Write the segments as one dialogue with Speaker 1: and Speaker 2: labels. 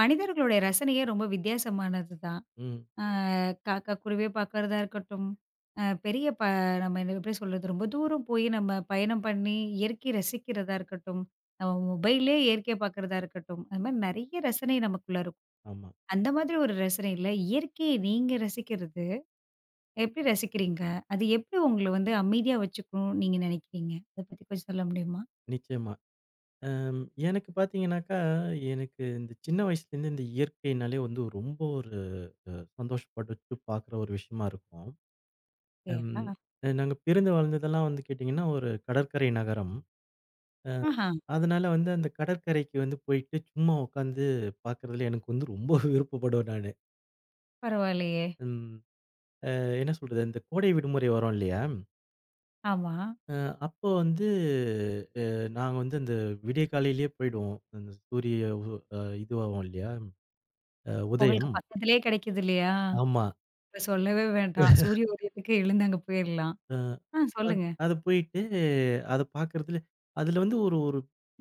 Speaker 1: மனிதர்களுடைய ரசனையே ரொம்ப வித்தியாசமானது தான்.
Speaker 2: ம்.
Speaker 1: அ காக்கா, குருவிய பார்க்கறதா இருக்கட்டும், அ பெரிய ப நம்ம என்ன எப்படி சொல்றது? ரொம்ப தூரம் போய் நம்ம பயணம் பண்ணி இயற்கைய ரசிக்கிறதா இருக்கட்டும், நம்ம மொபைல்லே இயற்கைய பார்க்கறதா இருக்கட்டும், அது மாரி நெறைய ரசனை நமக்குள்ள இருக்கும்.
Speaker 2: ஆமா.
Speaker 1: அந்த மாதிரி ஒரு ரசனையில இயற்கையை நீங்க ரசிக்கிறது எப்படி ரசிக்கிறீங்க? அது எப்படி உங்கள வந்து அமைதியா வச்சுக்கும்னு நீங்க நெனைக்கிறீங்க? அத பத்தி கொஞ்சம் சொல்ல முடியுமா?
Speaker 2: நிச்சயமா. அம் எனக்கு பார்த்தீங்கன்னாக்கா, எனக்கு இந்த சின்ன வயசுலேருந்து இந்த இயற்கைனாலே வந்து ரொம்ப ஒரு அ சந்தோஷப்பட்டு பார்க்குற ஒரு விஷயமா இருக்கும். அம்
Speaker 1: இல்லையா?
Speaker 2: நாங்க பிறந்து வளர்ந்ததெல்லாம் வந்து கேட்டிங்கன்னா, ஒரு கடற்கரை நகரம். அ
Speaker 1: ஆஹா!
Speaker 2: அதனால வந்து அந்த கடற்கரைக்கு வந்து போயிட்டு சும்மா உட்காந்து பார்க்குறதுல எனக்கு வந்து ரொம்ப விருப்பப்படுவேன் நானு.
Speaker 1: பரவாயில்லையே!
Speaker 2: ம். என்ன சொல்றது? இந்த கோடை விடுமுறை வரும் இல்லையா?
Speaker 1: ஆமா.
Speaker 2: அ அப்போ வந்து அ நாங்க வந்து அந்த விடிய காலையிலேயே போயிடுவோம். அந்த சூரிய உ அ இதுவாகும் இல்லையா?
Speaker 1: உங்களுக்கு
Speaker 2: உதயம்.
Speaker 1: பக்கத்திலேயே கிடைக்குது இல்லையா?
Speaker 2: ஆமா.
Speaker 1: சொல்லவே வேண்டாம். சூரிய உதயத்துக்கே எழுந்து அங்க போயிரலாம்.
Speaker 2: அ
Speaker 1: ஆ
Speaker 2: அ
Speaker 1: சொல்லுங்க.
Speaker 2: அத போயிட்டு அத பார்க்கறதுல அதுல வந்து ஒரு ஒரு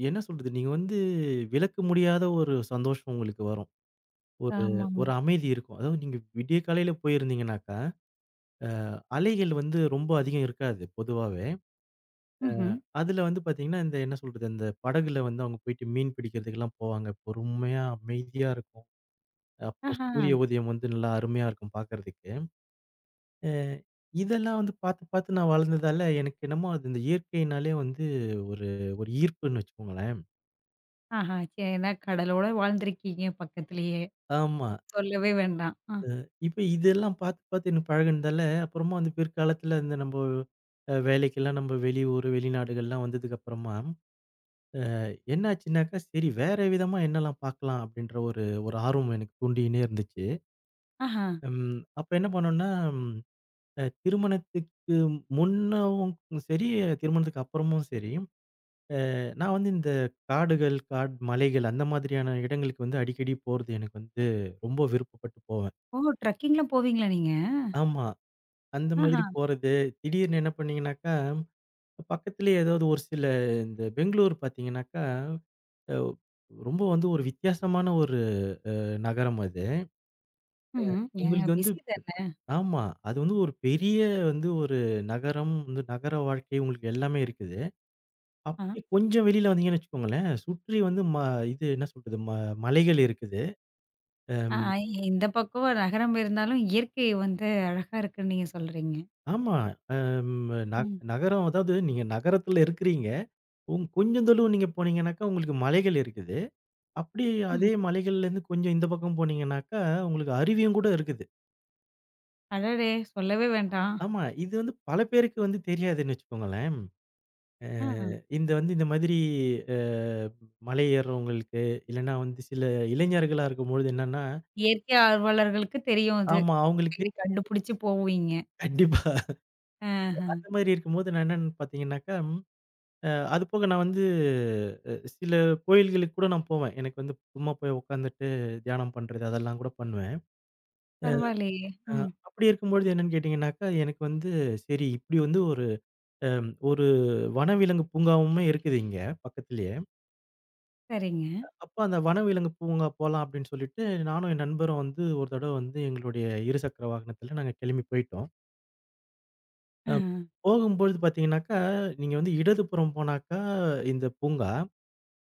Speaker 2: என்ன சொல்றது? நீங்க வந்து விளக்க முடியாத ஒரு சந்தோஷம் உங்களுக்கு வரும். ஒரு
Speaker 1: ஆமாமா.
Speaker 2: ஒரு அமைதி இருக்கும். அதாவது நீங்க விடிய காலையில போயிருந்தீங்கனாக்கா, அ அலைகள் வந்து ரொம்ப அதிகம் இருக்காது பொதுவாவே.
Speaker 1: ம்ஹ்ம்.
Speaker 2: அதுல வந்து பார்த்தீங்கன்னா, இந்த என்ன சொல்றது? அந்த படகுல வந்து அவங்க போயிட்டு மீன் பிடிக்கிறதுக்கெல்லாம் போவாங்க. பொறுமையா அமைதியா இருக்கும். அப்புறம்
Speaker 1: ஆஹா,
Speaker 2: சூரிய உதயம் வந்து நல்லா அருமையா இருக்கும் பார்க்கறதுக்கு. அ இதெல்லாம் வந்து பார்த்து, பார்த்து நான் வளர்ந்ததால, எனக்கு என்னமோ அது இந்த இயற்கைனாலே வந்து ஒரு ஒரு ஈர்ப்புன்னு வச்சுக்கோங்களேன்.
Speaker 1: ஆஹா. ஏன்னா கடலோட வாழ்ந்திருக்கீங்க பக்கத்திலேயே.
Speaker 2: ஆமா.
Speaker 1: சொல்லவே வேண்டாம். ஆ,
Speaker 2: இப்ப இதெல்லாம் பார்த்து, பார்த்து எனக்கு பழகுனதால, அப்புறமா வந்து பிற்காலத்துல இந்த நம்ப வேலைக்கெல்லாம் நம்ம வெளியூர், வெளிநாடுகள்லாம் வந்ததுக்கு அப்புறமா, அ என்ன ஆச்சுன்னாக்கா, சரி வேற விதமா என்னலாம் பார்க்கலாம்? அப்படின்ற ஒரு ஒரு ஆர்வம் எனக்கு தூண்டினே இருந்துச்சு.
Speaker 1: ஆஹா.
Speaker 2: ம் அப்ப என்ன பண்ணோம்னா திருமணத்துக்கு முன்னவும் சரி, திருமணத்துக்கு அப்புறமும் சரி, நான் வந்து இந்த காடுகள், காட் மலைகள் அந்த மாதிரியான இடங்களுக்கு வந்து அடிக்கடி போறது எனக்கு வந்து ரொம்ப விருப்பப்பட்டு போவேன்.
Speaker 1: ஓ! ட்ரெக்கிங்லாம் போவீங்களா நீங்க?
Speaker 2: ஆமா. அந்த
Speaker 1: ஆஹா.
Speaker 2: மாதிரி போறது, திடீர்னு என்ன பண்ணீங்கன்னாக்கா, பக்கத்திலேயே ஏதாவது ஒரு சில இந்த பெங்களூர் பார்த்தீங்கன்னாக்கா, அ ரொம்ப வந்து ஒரு வித்தியாசமான ஒரு நகரம் அது.
Speaker 1: ம்ஹ்ம். ஏங்க
Speaker 2: உங்களுக்கு வந்து
Speaker 1: பிஸி தானே.
Speaker 2: ஆமா. அது வந்து ஒரு பெரிய வந்து ஒரு நகரம், வந்து நகர வாழ்க்கை உங்களுக்கு எல்லாமே இருக்குது.
Speaker 1: ஆ,
Speaker 2: அப்படி கொஞ்சம் வெளியில வந்தீங்கன்னு வச்சுக்கோங்களேன், சுற்றி வந்து ம இது என்ன சொல்றது? ம மலைகள் இருக்குது. அ
Speaker 1: ஆ இந்த பக்கம் நகரம் இருந்தாலும் இயற்கை வந்து அழகா இருக்குன்னு நீங்க சொல்றீங்க.
Speaker 2: ஆமா. ம் ந
Speaker 1: ம்,
Speaker 2: நகரம் அதாவது நீங்க நகரத்துல இருக்கிறீங்க. உங் கொஞ்சம் தொலுவு நீங்க போனீங்கன்னாக்கா உங்களுக்கு மலைகள் இருக்குது. அப்படி
Speaker 1: ம்ஹ்ம்.
Speaker 2: அதே மலைகள்லேருந்து கொஞ்சம் இந்த பக்கம் போனீங்கன்னாக்கா, உங்களுக்கு அருவியும் கூட இருக்குது.
Speaker 1: அடடே! சொல்லவே வேண்டாம்.
Speaker 2: ஆமா. இது வந்து பல பேருக்கு வந்து தெரியாதுன்னு வச்சுக்கோங்களேன். அ
Speaker 1: ஆ.
Speaker 2: இந்த வந்து இந்த மாதிரி அ மலை ஏறுறவங்களுக்கு, இல்லன்னா வந்து சில இளைஞர்களா இருக்கும்பொழுது என்னன்னா,
Speaker 1: இயற்கை ஆர்வலர்களுக்கு தெரியும் அது.
Speaker 2: ஆமா அவங்களுக்கு
Speaker 1: சரி கண்டுபிடிச்சு போவீங்க.
Speaker 2: கண்டிப்பா.
Speaker 1: ஆஹ.
Speaker 2: அந்த மாதிரி இருக்கும்போது நான் என்னன்னு பார்த்தீங்கன்னாக்கா, அது போக நான் வந்து சில கோயில்களுக்கு கூட நான் போவேன். எனக்கு வந்து சும்மா போய் உட்காந்துட்டு தியானம் பண்றது அதெல்லாம் கூட பண்ணுவேன்.
Speaker 1: பரவாயில்லையே!
Speaker 2: அ
Speaker 1: ம்.
Speaker 2: அப்படி இருக்கும்பொழுது என்னன்னு கேட்டீங்கன்னாக்கா, எனக்கு வந்து சரி இப்படி வந்து ஒரு ஒரு வனவிலங்கு பூங்காவுமே இருக்குது இங்க பக்கத்திலேயே.
Speaker 1: சரிங்க.
Speaker 2: அப்ப அந்த வனவிலங்கு பூங்கா போலாம் அப்படின்னு சொல்லிட்டு நானும் என் நண்பரும் வந்து ஒரு தடவ வந்து எங்களுடைய இருசக்கர வாகனத்தில நாங்க கிளம்பி போயிட்டோம். அ
Speaker 1: ஆஹ.
Speaker 2: போகும்பொழுது பார்த்தீங்கன்னாக்கா, நீங்க வந்து இடதுபுறம் போனாக்கா இந்த பூங்கா.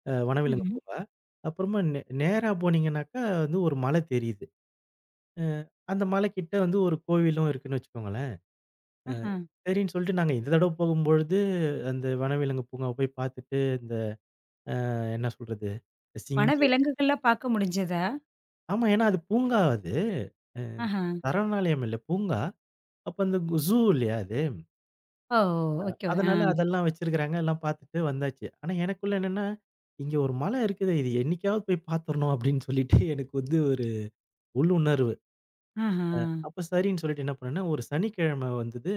Speaker 2: வனவிலங்கு
Speaker 1: ம்ஹ்ம்.
Speaker 2: பூங்கா. அப்புறமா நே நேரா போனீங்கன்னாக்கா வந்து ஒரு மலை தெரியுது. அ அந்த மலைக்கிட்ட வந்து ஒரு கோவிலும் இருக்குன்னு வச்சுக்கோங்களேன். அ
Speaker 1: ஆஹ.
Speaker 2: சரின்னு சொல்லிட்டு நாங்க இந்த தடவ போகும்பொழுது அந்த வனவிலங்கு பூங்காவ போய் பார்த்துட்டு இந்த என்ன சொல்றது? சிங்கம்
Speaker 1: வனவிலங்குகள்லாம் பார்க்க முடிஞ்சதா?
Speaker 2: ஆமா. ஏன்னா அது பூங்கா அது. அ
Speaker 1: ஆஹ.
Speaker 2: சரணாலயம் இல்ல பூங்கா. அப்ப அந்த ஜூ இல்லையா அது.
Speaker 1: ஓ! ஓகே. ஆ.
Speaker 2: அதனால அதெல்லாம் வச்சிருக்கிறாங்க. எல்லாம் பார்த்துட்டு வந்தாச்சு. ஆனா எனக்குள்ள என்னன்னா, இங்க ஒரு மலை இருக்குது. இது என்னைக்காவது போய் பார்த்துரணும் அப்படின்னு சொல்லிட்டு எனக்கு வந்து ஒரு உள்ளுணர்வு.
Speaker 1: ஆஹ.
Speaker 2: அப்ப சரின்னு சொல்லிட்டு என்ன பண்ணேன்னா, ஒரு சனிக்கிழமை வந்தது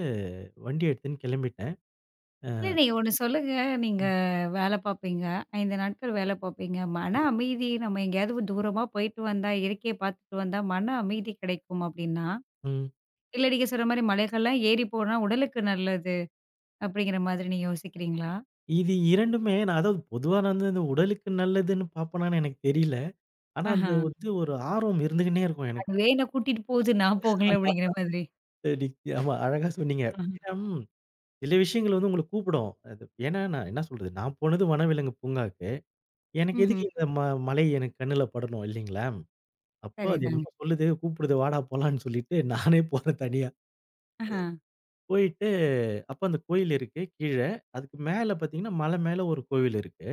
Speaker 2: வண்டி எடுத்துன்னு கிளம்பிட்டேன்.
Speaker 1: இல்ல நீங்க ஒண்ணு சொல்லுங்க. நீங்க
Speaker 2: ம்.
Speaker 1: வேல பார்ப்பீங்க. 5 நாட்கள் வேல பார்ப்பீங்க. மன
Speaker 2: ஆமா.
Speaker 1: அமைதி நம்ம எங்கேயாவது தூரமா போயிட்டு வந்தா, இயற்கைய பார்த்துட்டு வந்தா மன அமைதி கிடைக்கும் அப்படின்னா,
Speaker 2: ம்.
Speaker 1: இல்ல நீங்க சொன்ன மாரி மலைகள்லாம் ஏறி போனா உடலுக்கு நல்லது அப்படிங்கிற மாதிரி நீங்க யோசிக்கிறீங்களா?
Speaker 2: இது 2மே நான் அதாவது பொதுவா நான் வந்து இந்த உடலுக்கு நல்லதுன்னு பார்ப்பனான்னு எனக்கு தெரியல. ஆனா
Speaker 1: ஆஹ.
Speaker 2: அந்த வந்து ஒரு ஆர்வம் இருந்துகின்னே இருக்கும் எனக்கு.
Speaker 1: அதுவே என்ன கூட்டிட்டு போகுது நான் போகல
Speaker 2: ஆமா.
Speaker 1: அப்படிங்கிற மாதிரி.
Speaker 2: சரி. ஆமா அழகா சொன்னீங்க.
Speaker 1: ஆஹ.
Speaker 2: ஏன்னா ம் சில விஷயங்கள் வந்து உங்கள கூப்பிடும். அது ஏன்னா நான் என்ன சொல்றது, நான் போனது வனவிலங்கு பூங்காவுக்கு. எனக்கு
Speaker 1: ம்ஹ்ம்.
Speaker 2: எதுக்கு இந்த ம மலை எனக்கு கண்ணுல படணும் இல்லைங்களா? அப்போ அது ம்.
Speaker 1: சரிதாங்க.
Speaker 2: என்னமோ சொல்லுது, கூப்பிடுது வாடா போலான்னு சொல்லிட்டு நானே போறேன் தனியா.
Speaker 1: ஆஹ.
Speaker 2: போயிட்டு அப்ப அந்த கோயில் இருக்கு கீழ. அதுக்கு மேல பார்த்தீங்கன்னா, மலை மேல ஒரு கோவில் இருக்கு.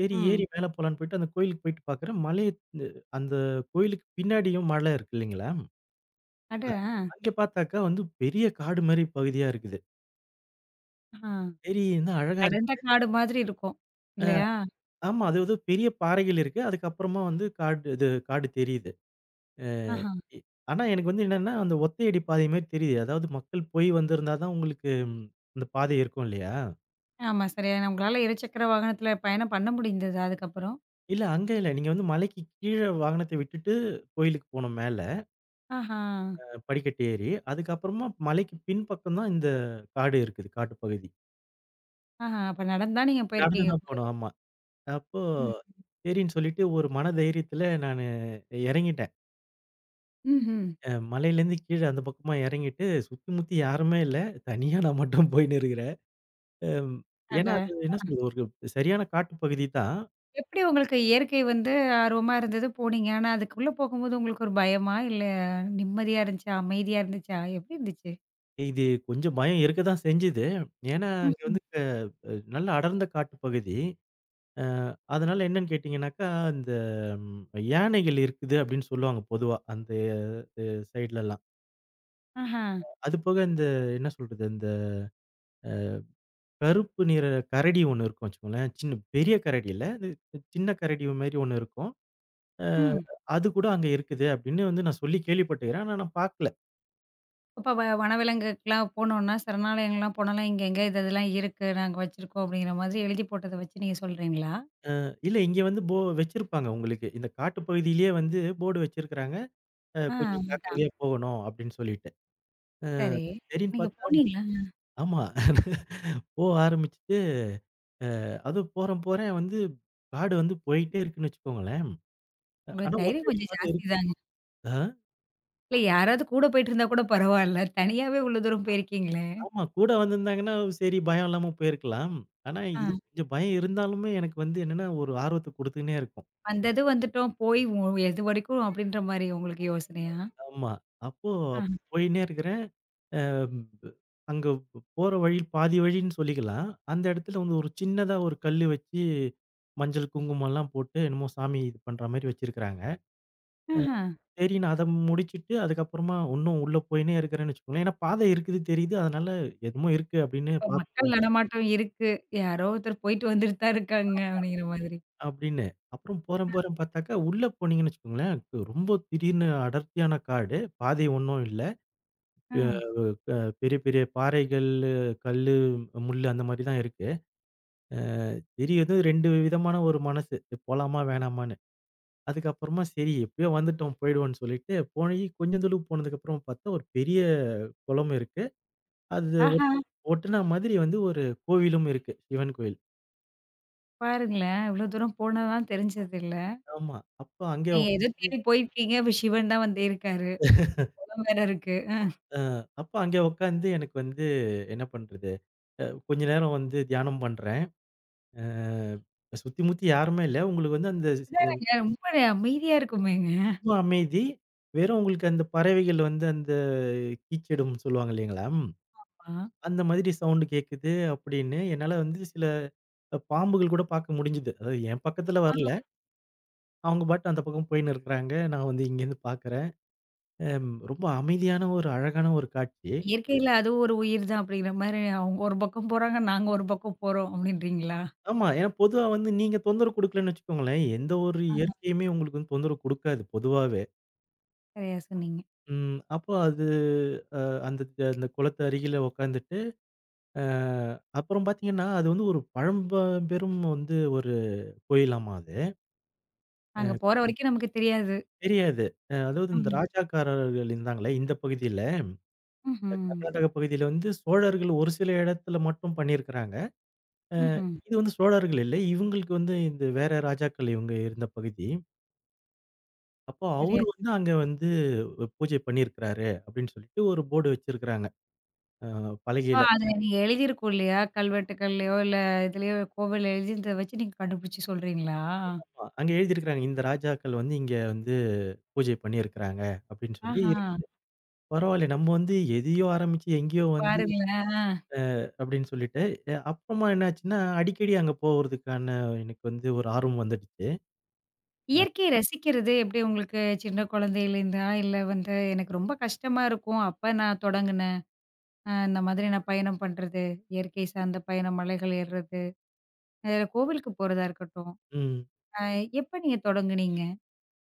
Speaker 2: சரி ஏறி
Speaker 1: ம்.
Speaker 2: மேல போலான்னு போயிட்டு அந்த கோயிலுக்கு போயிட்டு பார்க்குறேன், மலைய து அந்த கோயிலுக்கு பின்னாடியும் மலை இருக்கு இல்லைங்களா?
Speaker 1: அட! ஆ.
Speaker 2: அங்க பார்த்தாக்கா வந்து பெரிய காடு மாரி பகுதியா இருக்குது.
Speaker 1: ஆ.
Speaker 2: சரி என்ன அழகா
Speaker 1: அடர்ந்த
Speaker 2: இருக்கு.
Speaker 1: காடு மாதிரி இருக்கும். இல்லையா?
Speaker 2: ஆமா. அது ஏதோ பெரிய பாறைகள் இருக்கு. அதுக்கப்புறமா வந்து காடு இது காடு தெரியுது. அ
Speaker 1: ஆஹா.
Speaker 2: இ ஆனா எனக்கு வந்து என்னன்னா, அந்த ஒத்தையடி பாதை மாரி தெரியுது. அதாவது மக்கள் போய் வந்திருந்தா தான் உங்களுக்கு ம், அந்த பாதை இருக்கும் இல்லையா?
Speaker 1: ஆமா சரியான உங்களால இருசக்கர வாகனத்தில பயணம் பண்ண முடிந்ததா அதுக்கப்புறம்?
Speaker 2: இல்ல அங்க இல்ல. நீங்க வந்து மலைக்கு கீழ வாகனத்த விட்டுட்டு கோயிலுக்கு போணும் மேல.
Speaker 1: ஆஹா,
Speaker 2: படிக்கட்டு ஏறி, அதுக்கப்புறமா மலைக்கு பின்பக்கம் தான் இந்த காடு இருக்குது, காட்டுப் பகுதி.
Speaker 1: ஆஹா. அப்ப நடந்து தான் நீங்க
Speaker 2: நடந்து
Speaker 1: போயிருக்கீங்க
Speaker 2: தான் போனோம்.
Speaker 1: கோயிலுக்கு.
Speaker 2: ஆமா. அப்போ
Speaker 1: ம்.
Speaker 2: சரின்னு சொல்லிட்டு ஒரு மன தைரியத்தில நானு இறங்கிட்டேன்.
Speaker 1: ம்ஹ்ம்.
Speaker 2: மலையிலேருந்து கீழ அந்த பக்கமா இறங்கிட்டு சுத்தி முத்தி யாருமே இல்ல. தனியா நான் மட்டும் போயின்னு இருக்கிறேன். அம் ஏன்னா
Speaker 1: அட!
Speaker 2: அது என்ன சொல்றது ஒரு சரியான காட்டுப் பகுதி தான்.
Speaker 1: எப்படி உங்களுக்கு இயற்கை வந்து ஆர்வமா இருந்தது போனீங்க. ஆனா அதுக்குள்ள போகும்போது உங்களுக்கு ஒரு பயமா? இல்ல நிம்மதியா இருந்துச்சா? அமைதியா இருந்துச்சா? எப்படி இருந்துச்சு?
Speaker 2: இது கொஞ்சம் பயம் இருக்க தான் செஞ்சுது. ஏன்னா அங்க
Speaker 1: ம்ஹ்ம்.
Speaker 2: வந்து க நல்ல அடர்ந்த காட்டுப் பகுதி. அ அதனால என்னன்னு கேட்டீங்கன்னாக்கா, அந்த ம் யானைகள் இருக்குது அப்படின்னு சொல்லுவாங்க பொதுவா, அந்த சைட்லலாம்.
Speaker 1: ஆஹா.
Speaker 2: அது போக இந்த என்ன சொல்றது, இந்த கருப்பு நிற கரடி ஒண்ணு இருக்கும் வச்சுக்கோங்களேன். சின்ன பெரிய கரடி இல்ல. அது சின்ன கரடி மாரி ஒண்ணு இருக்கும். அ
Speaker 1: ம்.
Speaker 2: அது கூட அங்க இருக்குது அப்படின்னு வந்து நான் சொல்லி கேள்விப்பட்டுக்கிறேன். ஆனா நான் பார்க்கல.
Speaker 1: அப்ப வனவிலங்குக்குலாம் போனோம்னா, சரணாலயங்கள்லாம் போனோம்னா, இங்க எங்க இது இதெல்லாம் இருக்கு. நாங்க வச்சிருக்கோம் அப்படிங்கிற மாதிரி எழுதி போட்டத வச்சு நீங்க சொல்றீங்களா?
Speaker 2: இல்ல இங்க வந்து போ வச்சிருப்பாங்க உங்களுக்கு. இந்த காட்டு பகுதியிலேயே வந்து போர்டு வச்சிருக்கிறாங்க.
Speaker 1: ஆ.
Speaker 2: கொஞ்சம்
Speaker 1: அதான்.
Speaker 2: ஜாக்கிரதையா போகணும் அப்படின்னு சொல்லிட்டு. அ
Speaker 1: சரி.
Speaker 2: சரின்னு
Speaker 1: நீங்க
Speaker 2: பார்த்தா
Speaker 1: போனீங்களா?
Speaker 2: ஆமா. போக ஆரம்பிச்சுட்டு அதுவும் போறேன், போறேன் வந்து காடு வந்து போயிட்டே இருக்குன்னு வச்சுக்கோங்களேன். ஆனா
Speaker 1: உங்களுக்கு தைரியம்
Speaker 2: ஒத்தடி
Speaker 1: கொஞ்சம்
Speaker 2: பாதை
Speaker 1: ஜாஸ்தி
Speaker 2: இருக்கு.
Speaker 1: தாங்க.
Speaker 2: ஆ
Speaker 1: இல்ல யாராவது கூட போயிட்டு இருந்தா கூட பரவால்ல. தனியாவே இவ்ளோ தூரம் போயிருக்கீங்களே!
Speaker 2: ஆமா. கூட வந்திருந்தாங்கன்னா, சரி பயம் இல்லாம போயிருக்கலாம். ஆனா
Speaker 1: ஆ.
Speaker 2: இது கொஞ்சம் பயம் இருந்தாலுமே எனக்கு வந்து என்னன்னா, ஒரு ஆர்வத்த குடுத்துக்கின்னே இருக்கும்.
Speaker 1: வந்தது வந்துட்டோம். போய் ஒ எது வரைக்கும் அப்பிடின்ற மாரி உங்களுக்கு யோசனையா?
Speaker 2: ஆமா. அப்போ
Speaker 1: ஆ.
Speaker 2: அப்படி போயின்னே இருக்கிறேன். அம், அங்க போற வழி பாதி வழின்னு சொல்லிக்கலாம். அந்த இடத்துல வந்து ஒரு சின்னதா ஒரு கல்லு வச்சு மஞ்சள், குங்குமம்லாம் போட்டு என்னமோ சாமி இது பண்ற மாரி வச்சிருக்கிறாங்க.
Speaker 1: ஆஹா!
Speaker 2: சரி நான் அத முடிச்சுட்டு, அதுக்கப்புறமா உன்னும் உள்ள போயின்னே இருக்கிறேன்னு வச்சுக்கோங்களேன். ஏன்னா பாதை இருக்குது தெரியுது. அதனால என்னமோ இருக்கு அப்படின்னு
Speaker 1: இப்ப
Speaker 2: பாக்
Speaker 1: மக்கள் நடமாட்டம் இருக்கு. யாரோ ஒருத்தர் போயிட்டு வந்துட்டு தான் இருக்காங்க அப்பிடிங்கிற மாதிரி.
Speaker 2: அப்படின்னு. அப்புறம் போறேன் போறேன் பார்த்தாக்கா, உள்ள போனீங்கன்னு வச்சுக்கோங்களேன், கு- ரொம்ப திடீர்னு அடர்த்தியான காடு. பாதை ஒண்ணும் இல்ல.
Speaker 1: ஆ.
Speaker 2: அ அ பெரிய பெரிய பாறைகள், கல்லு, முள்ளு அந்த மாரி தான் இருக்கு. அ தெரியுது 2 விதமான ஒரு மனசு. போலாமா வேணாமான்னு. அதுக்கப்புறமா சரி எப்படியோ வந்துட்டோம் போயிடுவோம்ன்னு சொல்லிட்டு போயி கொஞ்சம் தூரம் போனதுக்கப்புறம் பார்த்தா ஒரு பெரிய குளம் இருக்கு. அது ஒட்
Speaker 1: ஆஹா!
Speaker 2: ஒட்டுனா மாதிரி வந்து ஒரு கோவிலும் இருக்கு. சிவன் கோயில்.
Speaker 1: பாருங்களேன்! இவ்ளோ தூரம் போனா தான் தெரிஞ்சது இல்ல.
Speaker 2: ஆமா. அப்ப அங்கே
Speaker 1: நீங்க ஏதோ தேடி போயிருக்கீங்க. இப்ப சிவன் தான் வந்து இருக்காரு. வேற இருக்கு.
Speaker 2: அ அப்ப அங்கே உட்காந்து எனக்கு வந்து என்ன பண்றது? கொஞ்ச நேரம் வந்து தியானம் பண்றேன். சுத்தி முத்தி யாருமே இல்ல. உங்களுக்கு வந்து அந்த சி-
Speaker 1: அதானங்க ரொம்ப அமைதியா இருக்குமேங்க!
Speaker 2: ரொம்ப அமைதி. வெறும் உங்களுக்கு அந்த பறவைகள் வந்து அந்த கீச்சிடும்னு சொல்லுவாங்க இல்லைங்களா? ம், அந்த மாதிரி சவுண்ட் கேட்குது அப்படின்னு என்னால வந்து சில பாம்புகள் கூட பார்க்க முடிஞ்சுது. அதாவது என் பக்கத்துல
Speaker 1: ஆ.
Speaker 2: வரல. அவங்க பாட்டு அந்த பக்கம் போயின்னு இருக்கிறாங்க. நான் வந்து இங்கேருந்து பார்க்குறேன். ரொம்ப அமைதியான ஒரு அழகான ஒரு காட்சி.
Speaker 1: இயற்கையில அதுவும் ஒரு உயிர் தான் அப்படிங்கிற மாரி, அவங்க ஒரு பக்கம் போறாங்க, நாங்க ஒரு பக்கம் போறோம் அப்படின்றீங்களா?
Speaker 2: ஆமா. ஏன்னா பொதுவா வந்து நீங்க தொந்தரவு குடுக்கலன்னு வச்சுக்கோங்களேன், எந்த ஒரு
Speaker 1: ஆமா.
Speaker 2: இயற்கையுமே உங்களுக்கு வந்து தொந்தரவு குடுக்காது பொதுவாவே.
Speaker 1: சரியா சொன்னீங்க.
Speaker 2: ம் அப்போ அது அ அந்த அந்த குளத்து அருகில உட்காந்துட்டு, அ அப்புறம் பார்த்தீங்கன்னா, அது வந்து ஒரு பழம்பெரும் வந்து ஒரு கோயிலாமா அது.
Speaker 1: அங்க போற வரைக்கும் நமக்கு தெரியாது.
Speaker 2: தெரியாது. அதாவது இந்த
Speaker 1: ம்.
Speaker 2: ராஜாக்காரர்கள் இருந்தாங்களே இந்த பகுதியில,
Speaker 1: ம்ஹ்ம்.
Speaker 2: கர்நாடக பகுதியில வந்து சோழர்கள் ஒரு சில இடத்துல மட்டும் பண்ணியிருக்கிறாங்க. அ
Speaker 1: ம்ஹ்ம்.
Speaker 2: இது வந்து சோழர்கள் இல்ல. இவங்களுக்கு வந்து இந்த வேற ராஜாக்கள் இவங்க இருந்த பகுதி. அப்போ
Speaker 1: சரியா
Speaker 2: அவரு
Speaker 1: சொ-
Speaker 2: வந்து அங்க வந்து பூஜை பண்ணியிருக்கிறாரு அப்படின்னு சொல்லிட்டு ஒரு போர்டு வச்சிருக்கிறாங்க. அ
Speaker 1: ஆ
Speaker 2: பலகையில.
Speaker 1: அது நீங்க எழுதியிருக்கும் இல்லையா? கல்வெட்டுக்கள்லயோ, இல்ல இதுலயோ கோவில்ல எழுதியிருந்தத வச்சு நீங்க கண்டுபிடிச்சு சொல்றீங்களா?
Speaker 2: அங்க எழுதியிருக்கிறாங்க. இந்த ராஜாக்கள் வந்து இங்க வந்து பூஜை பண்ணியிருக்கிறாங்க அப்படின்னு சொல்லி
Speaker 1: ஆஹா!
Speaker 2: இருக்குது. பரவாயில்ல நம்ம வந்து எதையோ ஆரம்பிச்சு எங்கேயோ வந்து
Speaker 1: பாருங்களேன். ஆ.
Speaker 2: அப்படின்னு சொல்லிட்டு, அப்புறமா என்னாச்சுன்னா, அடிக்கடி அங்க போறதுக்கான எனக்கு வந்து ஒரு ஆர்வம் வந்துடுச்சு.
Speaker 1: இயற்கைய ரசிக்கிறது எப்படி உங்களுக்கு சின்ன குழந்தையிலேருந்தா? இல்ல வந்து எனக்கு ரொம்ப கஷ்டமா இருக்கும். அப்ப நான் தொடங்குனேன். இந்த மாதிரி நான் பயணம் பண்றது. இயற்கை சார்ந்த பயணம், மலைகள் ஏறுறது. அதுல கோவிலுக்கு போறதா இருக்கட்டும்.
Speaker 2: ம்.
Speaker 1: அ எப்ப நீங்க தொடங்குனீங்க?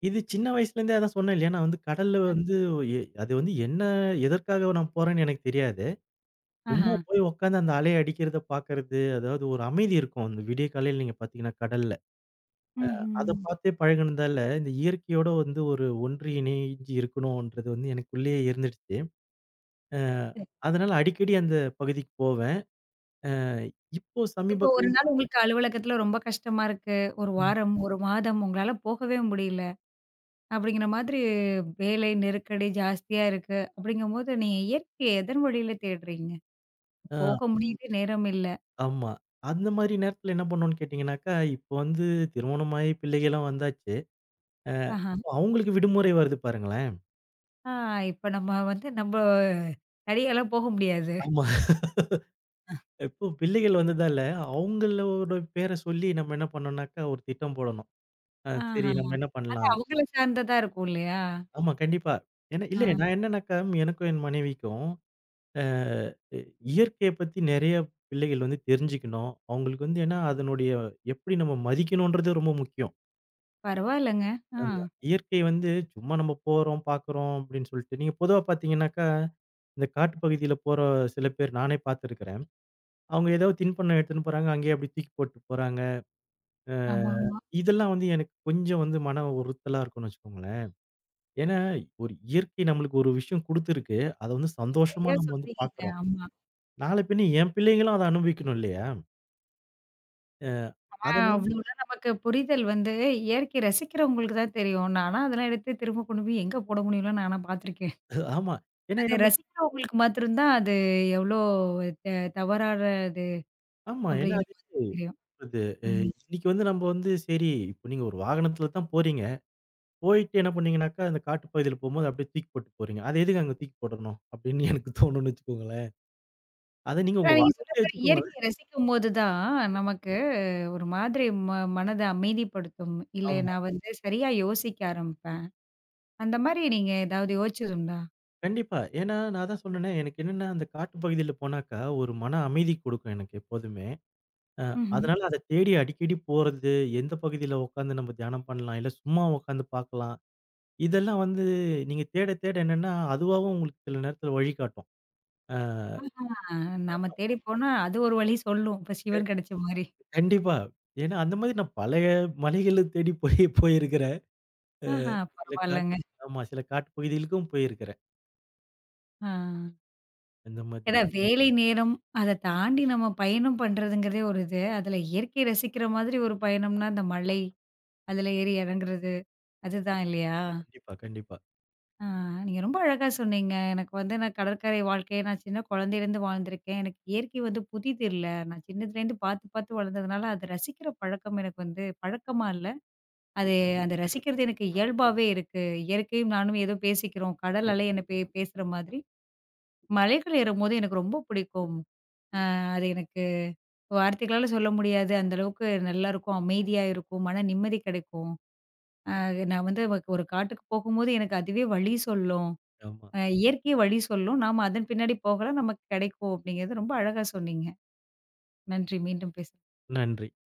Speaker 2: இது சின்ன வயசுலேருந்தே அதான் சொன்னேன் இல்லையா? நான் வந்து கடல்ல வந்து எ அது வந்து என்ன எதற்காக நான் போறேன்னு எனக்கு தெரியாது.
Speaker 1: ஆஹா.
Speaker 2: சும்மா போய் உட்காந்து அந்த அலை அடிக்கிறத பார்க்கறது, அதாவது ஒரு அமைதி இருக்கும். அந்த விடிய காலையில நீங்க பார்த்தீங்கன்னா கடல்ல. அத
Speaker 1: ம்ஹ்ம்.
Speaker 2: பார்த்தே பழகுனதால, இந்த இயற்கையோட வந்து ஒரு ஒன்றி இணைஞ்சு இருக்கணும்ன்றது வந்து எனக்குள்ளேயே இருந்துடுச்சு. அ அதனால அடிக்கடி அந்த பகுதிக்கு போவேன். அ இப்போ
Speaker 1: இப்போ
Speaker 2: சமீப
Speaker 1: ஒரு
Speaker 2: காலமா
Speaker 1: நாள் உங்களுக்கு அலுவலகத்துல ரொம்ப கஷ்டமா இருக்கு. ஒரு
Speaker 2: ம்.
Speaker 1: வாரம், 1 மாதம் உங்களால போகவே முடியல. அப்படிங்கிற மாதிரி வேலை நெருக்கடி ஜாஸ்தியா இருக்கு. அப்படிங்கும்போது நீங்க இயற்கைய எதன் வழியில தேடுறீங்க? போக
Speaker 2: அ
Speaker 1: முடியுது நேரம் இல்ல.
Speaker 2: ஆமா. அந்த மாரி நேரத்துல என்ன பண்ணோம்னு கேட்டீங்கன்னாக்கா, இப்போ வந்து திருமணமாயி பிள்ளைகள்லாம் வந்தாச்சு. அ
Speaker 1: ஆஹா.
Speaker 2: அவங்களுக்கு விடுமுறை வருது பாருங்களேன்.
Speaker 1: ஆ இப்ப நம்ம வந்து நம்ம தனியாலாம் போக முடியாது.
Speaker 2: ஆமா. இப்போ பிள்ளைகள் வந்ததால, அவங்களோட பேர சொல்லி நம்ம என்ன பண்ணோம்னாக்கா ஒரு திட்டம் போடணும். ஆ சரி
Speaker 1: ஆஹா.
Speaker 2: நம்ம என்ன
Speaker 1: அது
Speaker 2: பண்ணலாம்?
Speaker 1: அவங்கள சார்ந்ததா இருக்கும் இல்லையா?
Speaker 2: ஆமா கண்டிப்பா. ஏன்னா இல்ல
Speaker 1: ஆ
Speaker 2: நான் என்னன்னாக்கா, எனக்கும் என் மனைவிக்கும் அ இயற்கைய பத்தி நெறைய பிள்ளைகள் வந்து தெரிஞ்சுக்கணும். அவங்களுக்கு வந்து ஏன்னா அதனுடைய எப்படி நம்ம மதிக்கணும்ன்றது ரொம்ப முக்கியம்.
Speaker 1: பரவாயில்லங்க. ஆ.
Speaker 2: ஆமா. இயற்கை வந்து சும்மா நம்ம போறோம், பார்க்குறோம் அப்படின்னு சொல்லிட்டு நீங்க பொதுவா பார்த்தீங்கன்னாக்கா, இந்த காட்டு பகுதியில போற சில பேர் நானே பார்த்துருக்கிறேன். அவங்க ஏதாவது தின்பண்டம் எடுத்துன்னு போறாங்க. அங்கேயே அப்படி தூக்கி போட்டு போறாங்க. அ
Speaker 1: ஆமாமா.
Speaker 2: இதெல்லாம் வந்து எனக்கு கொஞ்சம் வந்து மன உறுத்தலா இருக்கும்னு வச்சுக்கோங்களேன். ஏன்னா, ஒரு இயற்கை நம்மளுக்கு ஒரு விஷயம் குடுத்துருக்கு. அத வந்து சந்தோஷமா
Speaker 1: சரியா
Speaker 2: ம். நம்ம வந்து
Speaker 1: சொல்றீங்கங்க.
Speaker 2: பார்க்குறோம்.
Speaker 1: ஆமா.
Speaker 2: நாளை பின்ன என் பிள்ளைங்களும் அத அனுபவிக்கணும் இல்லையா? அ
Speaker 1: ஆ
Speaker 2: அதனால
Speaker 1: அவ்ளோலாம் நமக்கு புரிதல் வந்து இயற்கைய ரசிக்கிறவங்களுக்கு தான் தெரியும். நானா அதெல்லாம் எடுத்து திரும்ப கொண்டு போய் எங்க போட முடியும்லாம் நானா பார்த்துருக்கேன்.
Speaker 2: ஆமா. ஏன்னா
Speaker 1: அத
Speaker 2: என்ன பண்
Speaker 1: ரசிக்கிறவங்களுக்கு மாத்திரம் தான் அது எவ்ளோ த தவறானது
Speaker 2: ஆமா. ஏன்னா
Speaker 1: அப்படிங்கிற
Speaker 2: அது
Speaker 1: மாதிரி தெரியும்.
Speaker 2: அது அ
Speaker 1: ம்.
Speaker 2: இன்னைக்கு வந்து நம்ம வந்து சரி, இப்ப நீங்க ஒரு வாகனத்துல தான் போறீங்க. போயிட்டு என்ன பண்ணீங்கனாக்கா, அந்த காட்டுப் பகுதியில போம்போது அப்படியே தூக்கி போட்டு போறீங்க. "அத எதுக்கு அங்க தூக்கி போடணும்?" அப்படின்னு எனக்கு தோணும்னு வச்சுக்கோங்களேன். அத நீங்க
Speaker 1: ஆனா
Speaker 2: உங்க
Speaker 1: நீங்க சொல்ற
Speaker 2: வாகனத்திலே
Speaker 1: மாரி
Speaker 2: வச்சுக்கோங்க.
Speaker 1: இயற்கைய ரசிக்கும்போது தான் நமக்கு ஒரு மாதிரி மனத அமைதிப்படுத்தும். இல்ல
Speaker 2: ஆமா.
Speaker 1: நான் வந்து சரியா யோசிக்க ஆரம்பிப்பேன். அந்த மாரி நீங்க ஏதாவது யோசிச்சதுண்டா?
Speaker 2: கண்டிப்பா. ஏன்னா நான் அதான் சொன்னேனே, எனக்கு என்னன்னா அந்த காட்டுப் பகுதியில போனாக்கா, ஒரு மன அமைதி கொடுக்கும் எனக்கு எப்போதுமே. அ
Speaker 1: ம்ஹ்ம்.
Speaker 2: அதனால அத தேடி அடிக்கடி போறது, எந்த பகுதியில உட்காந்து நம்ம தியானம் பண்ணலாம், இல்ல சும்மா உட்காந்து பார்க்கலாம். இதெல்லாம் வந்து நீங்க தேட தேட என்னன்னா, அதுவாவும் உங்களுக்கு சில நேரத்துல வழிகாட்டும். அ
Speaker 1: ஆ நாம
Speaker 2: ஆமா.
Speaker 1: தேடி போனா அது ஒரு வழி சொல்லும். இப்ப
Speaker 2: க
Speaker 1: சிவன் கிடைச்ச மாரி.
Speaker 2: கண்டிப்பா. ஏன்னா அந்த மாதிரி நான் பழைய மலைகள தேடி போய் போயிருக்கிறேன். அ
Speaker 1: ஆஹா
Speaker 2: சில காட்
Speaker 1: பரவால்லங்க.
Speaker 2: ஆமா சில காட்டு பகுதிகளுக்கும் போயிருக்கிறேன்.
Speaker 1: ஆ.
Speaker 2: இந்த
Speaker 1: ஏன்னா
Speaker 2: மாதிரி.
Speaker 1: வேலை நேரம், அத தாண்டி நம்ம பயணம் பண்றதுங்கிறதே ஒரு இது. அதுல இயற்கையை ரசிக்கிற மாதிரி ஒரு பயணம்னா, இந்த மலை, அதுல ஏறி இறங்குறது, அதுதான் இல்லையா?
Speaker 2: கண்டிப்பா, கண்டிப்பா.
Speaker 1: ஆ நீங்க ரொம்ப அழகா சொன்னீங்க. எனக்கு வந்து நான் கடற்கரை வாழ்க்கைய நான் சின்ன குழந்தையிலேருந்து வாழ்ந்திருக்கேன். எனக்கு இயற்கை வந்து புதிது இல்ல. நான் சின்னதுலேருந்து பார்த்து பார்த்து வளர்ந்ததுனால, அத ரசிக்கிற பழக்கம் எனக்கு வந்து பழக்கமா இல்ல. அது அந்த ரசிக்கிறது எனக்கு இயல்பாவே இருக்கு. இயற்கையும் நானும் ஏதோ பேசிக்கிறோம். கடல் அலை என்ன பேசுற மாதிரி. மலைகள் ஏறும்போது எனக்கு ரொம்ப பிடிக்கும். அது எனக்கு வார்த்தைகளால சொல்ல முடியாது. அந்த அளவுக்கு நல்லாருக்கும். அமைதியா இருக்கும். மன நிம்மதி கிடைக்கும். அ நான் வந்து எனக்கு ஒரு காட்டுக்கு போகும்போது எனக்கு அதுவே வழி சொல்லும்.
Speaker 2: ஆமா.
Speaker 1: இயற்கையே வழி சொல்லும். நாம அதன் பின்னாடி போகலாம். நமக்கு கிடைக்கும் அப்படிங்கிறது ரொம்ப அழகா சொன்னீங்க. நன்றி. மீண்டும் பேசலாம்.
Speaker 2: நன்றி.